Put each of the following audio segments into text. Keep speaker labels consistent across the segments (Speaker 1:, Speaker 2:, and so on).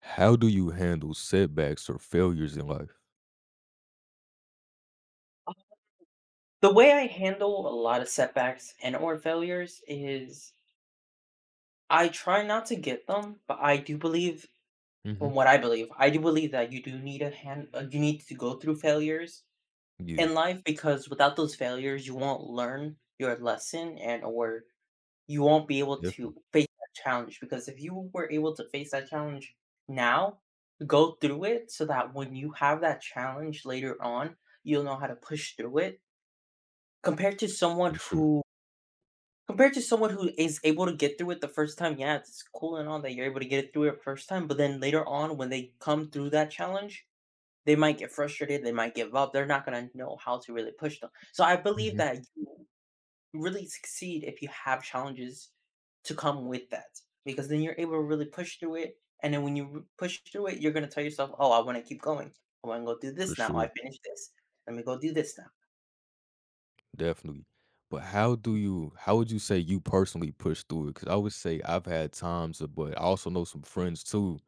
Speaker 1: How do you handle setbacks or failures in life?
Speaker 2: The way I handle a lot of setbacks and or failures is I try not to get them, but I do believe from
Speaker 1: Mhm.
Speaker 2: what I believe, I do believe that you do need a hand you need to go through failures
Speaker 1: Yeah,
Speaker 2: in life, because without those failures you won't learn your lesson and or you won't be able to
Speaker 1: definitely,
Speaker 2: face that challenge, because if you were able to face that challenge now, go through it so that when you have that challenge later on, you'll know how to push through it compared to someone
Speaker 1: for sure.
Speaker 2: who Compared to someone who is able to get through it the first time, yeah, it's cool and all that you're able to get it through it first time, but then later on when they come through that challenge, they might get frustrated, they might give up, they're not gonna know how to really push them. So I believe
Speaker 1: Mhm.
Speaker 2: that you really succeed if you have challenges to come with that. Because then you're able to really push through it. And then when you push through it, you're gonna tell yourself, oh, I wanna keep going. I wanna go do
Speaker 1: For
Speaker 2: this now. I
Speaker 1: sure,
Speaker 2: finished this. Let me go do this now.
Speaker 1: definitely. But how would you say you personally push through it? Because I would say I've had times, of but I also know some friends too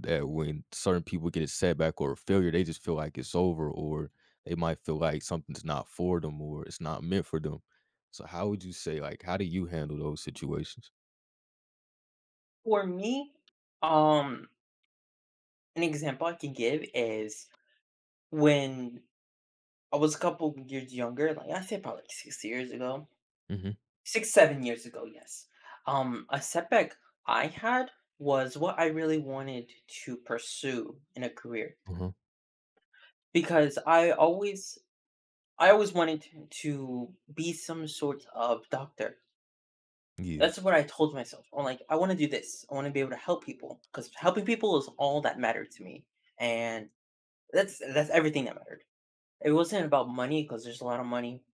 Speaker 1: that when certain people get a setback or a failure, they just feel like it's over or they might feel like something's not for them or it's not meant for them. So how would you say, like, how do you handle those situations?
Speaker 2: For me, um, an example I can give is when I was a couple years younger, like I said probably like 6 years ago,
Speaker 1: Mhm.
Speaker 2: 6, 7 years ago, yes. A setback I had was what I really wanted to pursue in a career,
Speaker 1: Uh-huh.
Speaker 2: because I always wanted to be some sort of doctor.
Speaker 1: Yeah.
Speaker 2: That's what I told myself. I'm like, I want to do this. I want to be able to help people because helping people is all that mattered to me, and that's everything that mattered. It wasn't about money because there's a lot of money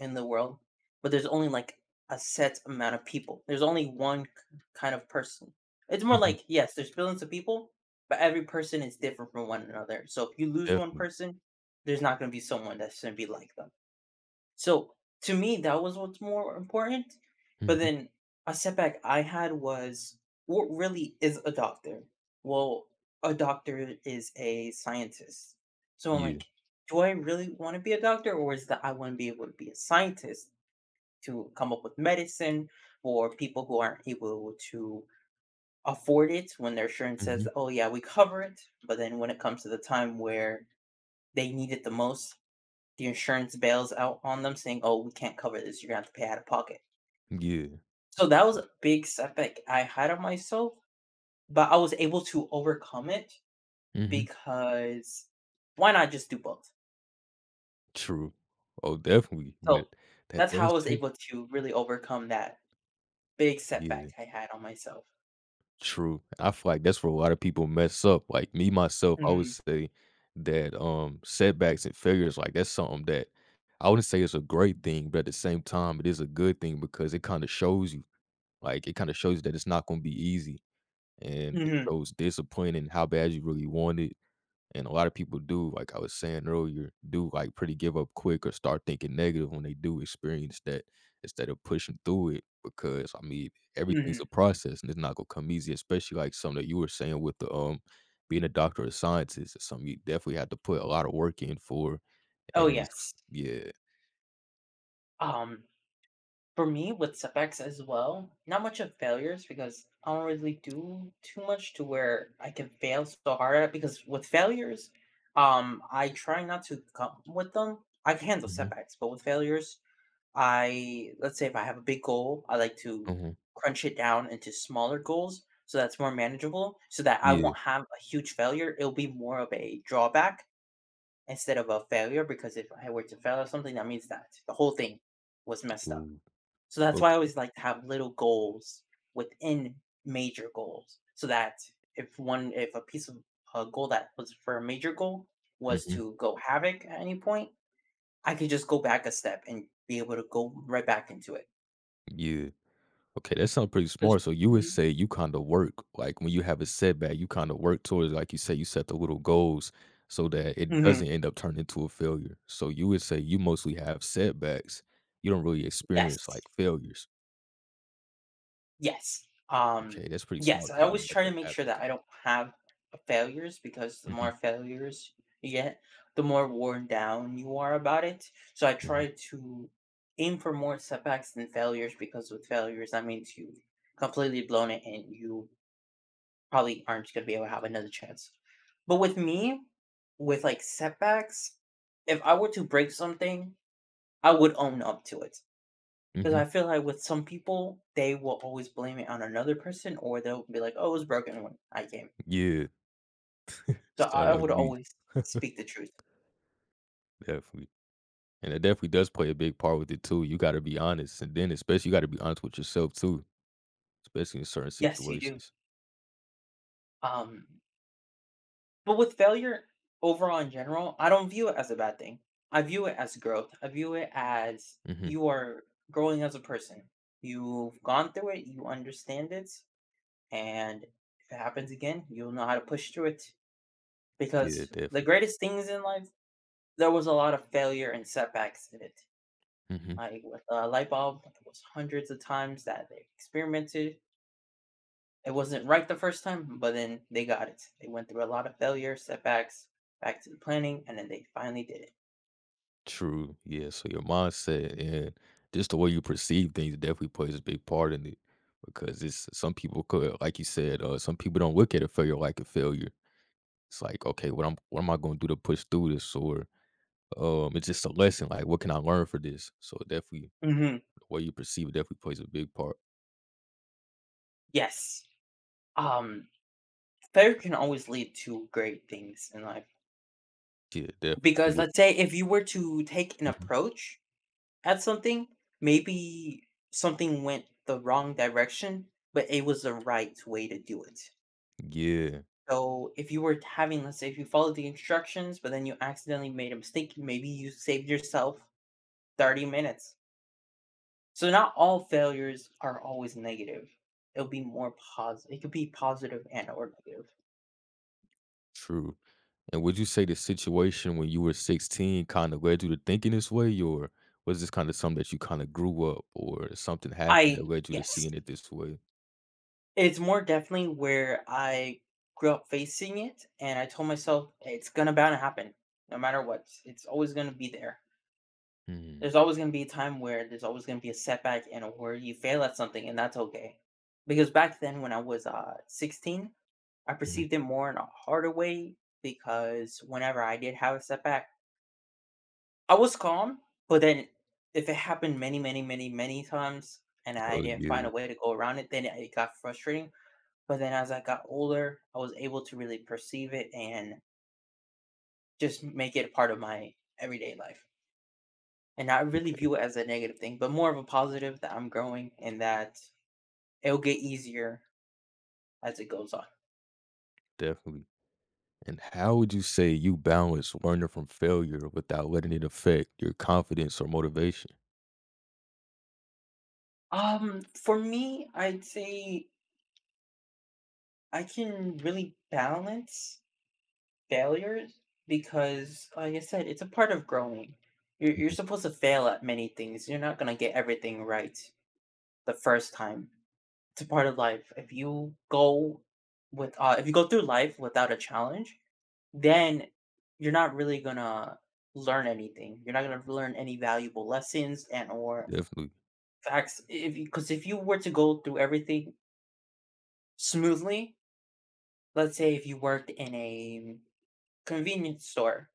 Speaker 2: in the world, but there's only like a set amount of people. There's only one kind of person. It's more
Speaker 1: Mhm.
Speaker 2: like, yes, there's billions of people, but every person is different from one another. So if you lose one
Speaker 1: Definitely.
Speaker 2: person, there's not going to be someone that's going to be like them, so to me, that was what's more important. But
Speaker 1: Mhm.
Speaker 2: then a setback I had was, what really is a doctor? Well, a doctor is a scientist. So I'm
Speaker 1: Yeah.
Speaker 2: like, do I really want to be a doctor, or is that I want to be able to be a scientist to come up with medicine for people who aren't able to afford it when their insurance says, oh, yeah, we cover it. But then when it comes to the time where they need it the most, the insurance bails out on them saying, "Oh, we can't cover this. You're gonna have to pay out of pocket."
Speaker 1: Yeah.
Speaker 2: So that was a big setback I had on myself, but I was able to overcome it
Speaker 1: Mhm.
Speaker 2: because why not just do both?
Speaker 1: True. Oh, definitely, but
Speaker 2: So
Speaker 1: that
Speaker 2: that's how I
Speaker 1: does
Speaker 2: was
Speaker 1: take.
Speaker 2: able to really overcome that big
Speaker 1: Yeah,
Speaker 2: setback I had on myself.
Speaker 1: true. I feel like that's where a lot of people mess up. Like, me, myself, I would
Speaker 2: Mm,
Speaker 1: say that, setbacks and failures, like, that's something that I wouldn't say it's a great thing, but at the same time, it is a good thing because it kinda shows you. Like, it kinda shows you that it's not gonna be easy, and it
Speaker 2: mhm,
Speaker 1: shows discipline and how bad you really want it. And a lot of people do, like I was saying earlier, do like pretty give up quick or start thinking negative when they do experience that instead of pushing through it. Because I mean, everything's
Speaker 2: mhm.
Speaker 1: a process and it's not gonna come easy, especially like something that you were saying with the being a doctor of scientist is something you definitely have to put a lot of work in for.
Speaker 2: Oh,
Speaker 1: And it's
Speaker 2: yes.
Speaker 1: yeah.
Speaker 2: Um, For me, with setbacks as well, not much of failures because I don't really do too much to where I can fail so hard at. Because with failures, I try not to come with them. I can handle
Speaker 1: Hmm.
Speaker 2: setbacks, but with failures, I let's say if I have a big goal, I like to
Speaker 1: Hmm.
Speaker 2: crunch it down into smaller goals so that's more manageable. So that I
Speaker 1: Yeah.
Speaker 2: won't have a huge failure. It'll be more of a drawback instead of a failure, because if I were to fail at something, that means that the whole thing was messed up.
Speaker 1: Ooh,
Speaker 2: So that's why I
Speaker 1: okay.
Speaker 2: always like to have little goals within major goals, so that if a piece of a goal that was for a major goal was
Speaker 1: Hmm.
Speaker 2: to go havoc at any point, I could just go back a step and be able to go right back into it.
Speaker 1: Yeah. Okay, that sounds pretty
Speaker 2: 'Cause.
Speaker 1: smart. So you would
Speaker 2: Mhm.
Speaker 1: say you kind of work, like when you have a setback, you kind of work towards, like you say, you set the little goals so that it
Speaker 2: Mhm.
Speaker 1: doesn't end up turning into a failure. So you would say you mostly have setbacks. You don't really experience
Speaker 2: Yes.
Speaker 1: like failures.
Speaker 2: Yes. Um,
Speaker 1: Okay, that's pretty
Speaker 2: yes,
Speaker 1: smart
Speaker 2: I
Speaker 1: because you
Speaker 2: always
Speaker 1: don't let
Speaker 2: try to
Speaker 1: that
Speaker 2: make sure
Speaker 1: happen.
Speaker 2: that I don't have failures because the more
Speaker 1: Hmm.
Speaker 2: failures you get, the more worn down you are about it. So I try
Speaker 1: Hmm.
Speaker 2: to aim for more setbacks than failures because with failures, that means you completely blown it and you probably aren't going to be able to have another chance. But with me, with like setbacks, if I were to break something, I would own up to it. 'Cause I
Speaker 1: Hmm.
Speaker 2: feel like with some people, they will always blame it on another person, or they'll be like, "Oh, it was broken when I came."
Speaker 1: Yeah,
Speaker 2: So I
Speaker 1: sound
Speaker 2: I
Speaker 1: like
Speaker 2: would
Speaker 1: me,
Speaker 2: always speak the truth.
Speaker 1: definitely. And it definitely does play a big part with it too. You got to be honest. And then especially you got to be honest with yourself too, especially in certain
Speaker 2: Yes, you do.
Speaker 1: situations.
Speaker 2: Um, but with failure overall in general, I don't view it as a bad thing. I view it as growth. I view it as
Speaker 1: Hmm.
Speaker 2: you are growing as a person. You've gone through it, you understand it, and if it happens again, you'll know how to push through it.
Speaker 1: Yeah,
Speaker 2: Because the
Speaker 1: definitely.
Speaker 2: greatest things in life, there was a lot of failure and setbacks in it.
Speaker 1: Hmm.
Speaker 2: Like with a light bulb, it was hundreds of times that they experimented. It wasn't right the first time, but then they got it. They went through a lot of failure, setbacks, back to the planning, and then they finally did it.
Speaker 1: True. Yeah. So your mindset and just the way you perceive things definitely plays a big part in it because it's some people could, like you said, some people don't look at a failure like a failure. It's like, okay, what am I going to do to push through this? Or it's just a lesson. Like, what can I learn for this? So definitely,
Speaker 2: Hmm.
Speaker 1: the way you perceive it definitely plays a big part.
Speaker 2: Yes. Um, failure can always lead to great things in life.
Speaker 1: Yeah, definitely.
Speaker 2: Because
Speaker 1: Wi-
Speaker 2: let's say if you were to take an
Speaker 1: Mhm.
Speaker 2: approach at something, maybe something went the wrong direction, but it was the right way to do it.
Speaker 1: Yeah,
Speaker 2: So if you were having, let's say, if you followed the instructions, but then you accidentally made a mistake, maybe you saved yourself 30 minutes. So not all failures are always negative. It'll be more positive. It could be positive and or negative.
Speaker 1: true. And would you say the situation when you were 16 kind of led you to thinking this way, or was this kind of something that you kind of grew up, or something happened
Speaker 2: I
Speaker 1: that led you to
Speaker 2: Yes,
Speaker 1: seeing it this way?
Speaker 2: it's more definitely where I grew up facing it, and I told myself it's gonna bound to happen, no matter what. It's always gonna be there. There's
Speaker 1: Mm.
Speaker 2: always gonna be a time where there's always gonna be a setback and a where you fail at something, and that's okay. Because back then, when I was 16, I
Speaker 1: Mhm.
Speaker 2: perceived it more in a harder way because whenever I did have a setback, I was calm. But then, if it happened many, many, many, many times and I
Speaker 1: Oh,
Speaker 2: didn't find
Speaker 1: yeah.
Speaker 2: a way to go around it, then it got frustrating. But then, as I got older, I was able to really perceive it and just make it a part of my everyday life. And I really
Speaker 1: Okay,
Speaker 2: view it as a negative thing, but more of a positive that I'm growing and that it'll get easier as it goes on.
Speaker 1: definitely. And how would you say you balance learning from failure without letting it affect your confidence or motivation?
Speaker 2: For me, I'd say I can really balance failures because, like I said, it's a part of growing. You're
Speaker 1: Mhm.
Speaker 2: supposed to fail at many things. You're not gonna get everything right the first time. It's a part of life. If you go with, if you go through life without a challenge, then you're not really gonna learn anything. You're not gonna learn any valuable lessons and or
Speaker 1: Definitely.
Speaker 2: facts. If because if you were to go through everything smoothly, let's say if you worked in a convenience store,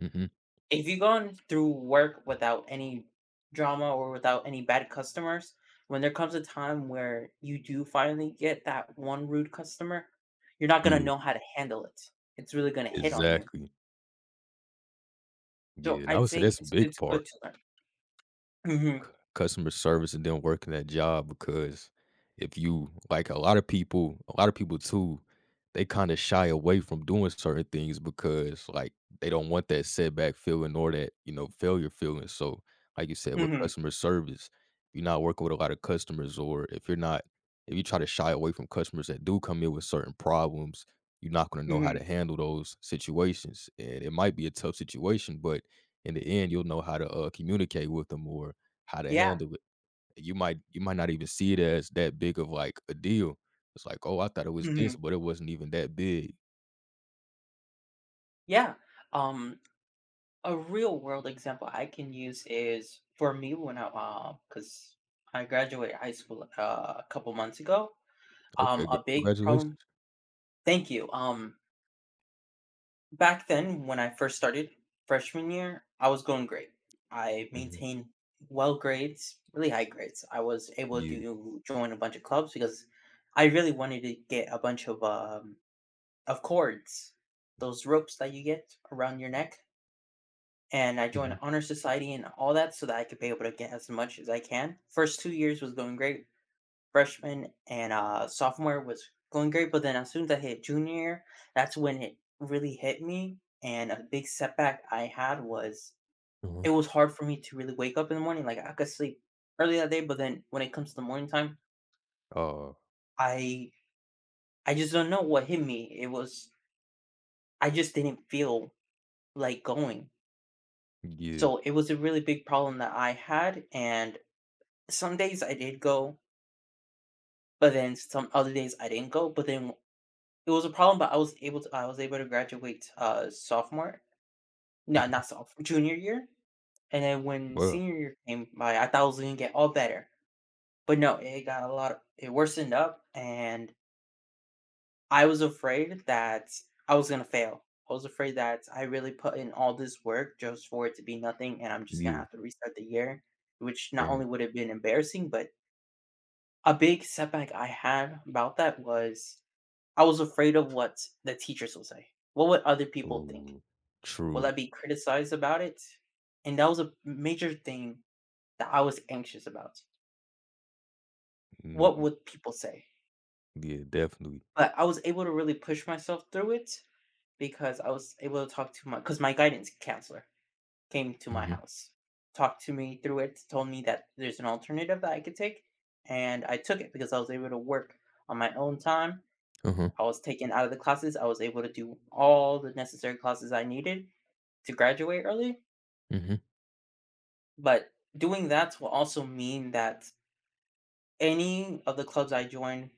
Speaker 1: Hmm.
Speaker 2: if you gone through work without any drama or without any bad customers, when there comes a time where you do finally get that one rude customer, you're not gonna
Speaker 1: Yeah,
Speaker 2: know how to handle it. It's really gonna hit on you.
Speaker 1: exactly.
Speaker 2: So
Speaker 1: Yeah, and I
Speaker 2: I'd
Speaker 1: would say
Speaker 2: say
Speaker 1: that's a
Speaker 2: it's
Speaker 1: big
Speaker 2: it's good
Speaker 1: part.
Speaker 2: to learn.
Speaker 1: c-
Speaker 2: Mhm.
Speaker 1: Customer service and then working that job because if you like a lot of people too, they kind of shy away from doing certain things because like they don't want that setback feeling or that failure feeling. So like you said, with
Speaker 2: Mhm,
Speaker 1: customer service, you're not working with a lot of customers, or if you're not, if you try to shy away from customers that do come in with certain problems, you're not going to know how
Speaker 2: mhm.
Speaker 1: to handle those situations, and it might be a tough situation, but in the end you'll know how to communicate with them or how to
Speaker 2: Yeah,
Speaker 1: handle it. You might not even see it as that big of like a deal. It's like, oh, I thought it was this,
Speaker 2: mhm,
Speaker 1: but it wasn't even that big.
Speaker 2: yeah. Um, a real world example I can use is for me when I, because I graduated high school, a couple months ago. Um,
Speaker 1: Okay,
Speaker 2: a big problem.
Speaker 1: congratulations.
Speaker 2: Thank you. Back then when I first started freshman year, I was going great. I
Speaker 1: Hmm.
Speaker 2: maintained well grades, really high grades. I was able
Speaker 1: Yeah.
Speaker 2: to join a bunch of clubs because I really wanted to get a bunch of cords, those ropes that you get around your neck. And I joined
Speaker 1: Hmm.
Speaker 2: honor society and all that so that I could be able to get as much as I can. First 2 years was going great. Freshman and sophomore was going great, but then as soon as I hit junior year, that's when it really hit me. And a big setback I had was
Speaker 1: Uh-huh.
Speaker 2: it was hard for me to really wake up in the morning. Like I could sleep early that day, but then when it comes to the morning time,
Speaker 1: Uh,
Speaker 2: I I just don't know what hit me. It was I just didn't feel like going.
Speaker 1: yeah.
Speaker 2: So it was a really big problem that I had, and some days I did go, but then some other days I didn't go. But then it was a problem, but I was able to graduate sophomore, no,
Speaker 1: Hmm.
Speaker 2: not sophomore, junior year. And then when
Speaker 1: Well,
Speaker 2: senior year came by, I thought it was gonna get all better, but no, it got a lot. It worsened up, and I was afraid that I was gonna fail. I was afraid that I really put in all this work just for it to be nothing, and I'm just gonna
Speaker 1: yeah.
Speaker 2: have to restart the year, which not
Speaker 1: Dang.
Speaker 2: only would have been embarrassing, but a big setback I had about that was I was afraid of what the teachers will say. What would other people think?
Speaker 1: Ooh,
Speaker 2: Will
Speaker 1: true.
Speaker 2: I be criticized about it? And that was a major thing that I was anxious about. What
Speaker 1: Mm.
Speaker 2: would people say?
Speaker 1: Yeah, definitely.
Speaker 2: But I was able to really push myself through it because I was able to talk to my because my guidance counselor came to my
Speaker 1: Hmm.
Speaker 2: house, talked to me through it, told me that there's an alternative that I could take, and I took it because I was able to work on my own time.
Speaker 1: Uh-huh.
Speaker 2: I was taken out of the classes. I was able to do all the necessary classes I needed to graduate early.
Speaker 1: Hmm.
Speaker 2: But doing that will also mean that any of the clubs I join,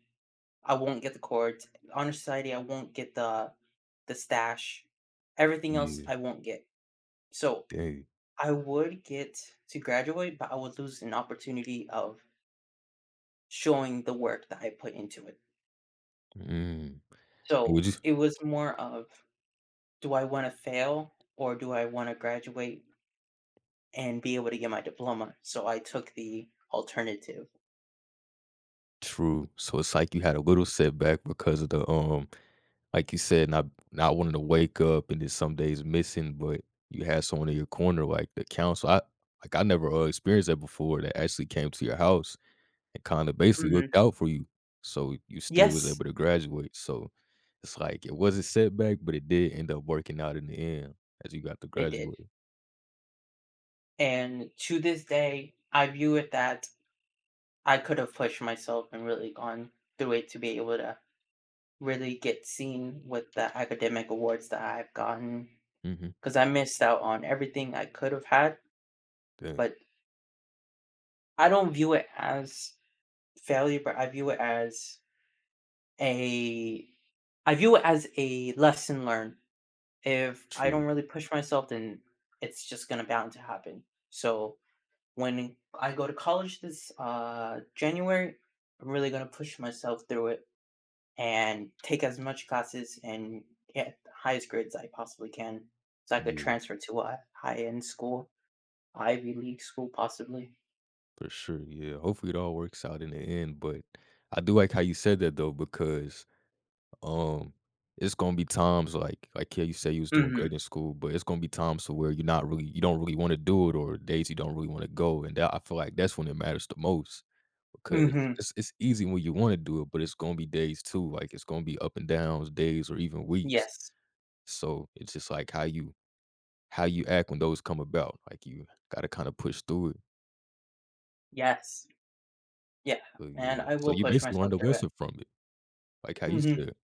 Speaker 2: I won't get the cords. Honor society, I won't get the stash. Everything else,
Speaker 1: Yeah.
Speaker 2: I won't get. So
Speaker 1: Dang.
Speaker 2: I would get to graduate, but I would lose an opportunity of showing the work that I put into it.
Speaker 1: Mm.
Speaker 2: So
Speaker 1: Would you?
Speaker 2: it was more of, do I want to fail or do I want to graduate and be able to get my diploma, so I took the alternative.
Speaker 1: True. So it's like you had a little setback because of the like you said, not wanting to wake up and then some days missing, but you had someone in your corner like the council. I Like I never experienced that before. That actually came to your house and kind of basically
Speaker 2: Mhm.
Speaker 1: looked out for you, so you still was
Speaker 2: Yes,
Speaker 1: able to graduate. So it's like it was a setback, but it did end up working out in the end as you got to
Speaker 2: it did,
Speaker 1: graduate.
Speaker 2: and to this day, I view it that I could have pushed myself and really gone through it to be able to really get seen with the academic awards that I've gotten,
Speaker 1: Hmm.
Speaker 2: because I missed out on everything I could have had,
Speaker 1: Dang,
Speaker 2: but I don't view it as failure, but I view it as a a lesson learned. If I don't
Speaker 1: true.
Speaker 2: really push myself, then it's just gonna bound to happen. So when I go to college this January, I'm really gonna push myself through it and take as much classes and get the highest grades I possibly can, so I could
Speaker 1: Yeah,
Speaker 2: transfer to a high end school, Ivy League school, possibly.
Speaker 1: for sure. Yeah, hopefully it all works out in the end. But I do like how you said that though, because Um, it's gonna be times like yeah, you say you was doing
Speaker 2: Hmm.
Speaker 1: great in school, but it's gonna be times to where you don't really want to do it or days you don't really want to go. And that I feel like that's when it matters the most because
Speaker 2: Hmm.
Speaker 1: it's easy when you want to do it, but it's gonna be days too. Like it's gonna be up and downs, days or even weeks.
Speaker 2: Yes.
Speaker 1: So it's just like how you act when those come about. Like you gotta kind of push through it.
Speaker 2: Yes. Yeah.
Speaker 1: So
Speaker 2: And
Speaker 1: yeah.
Speaker 2: I
Speaker 1: So
Speaker 2: will
Speaker 1: you
Speaker 2: push
Speaker 1: basically
Speaker 2: myself
Speaker 1: learned a
Speaker 2: through it.
Speaker 1: lesson from it. Like how you
Speaker 2: Hmm.
Speaker 1: said.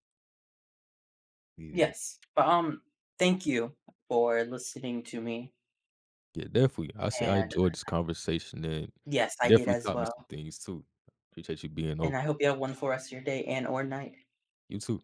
Speaker 1: Yeah.
Speaker 2: Yes. But thank you for listening to me
Speaker 1: Yeah, definitely. I say I
Speaker 2: and
Speaker 1: enjoyed this conversation, and
Speaker 2: yes,
Speaker 1: you
Speaker 2: I did
Speaker 1: definitely
Speaker 2: as
Speaker 1: taught me
Speaker 2: well,
Speaker 1: some things too. Appreciate you being
Speaker 2: and I
Speaker 1: open.
Speaker 2: hope you have a wonderful rest of your day and or night.
Speaker 1: You too.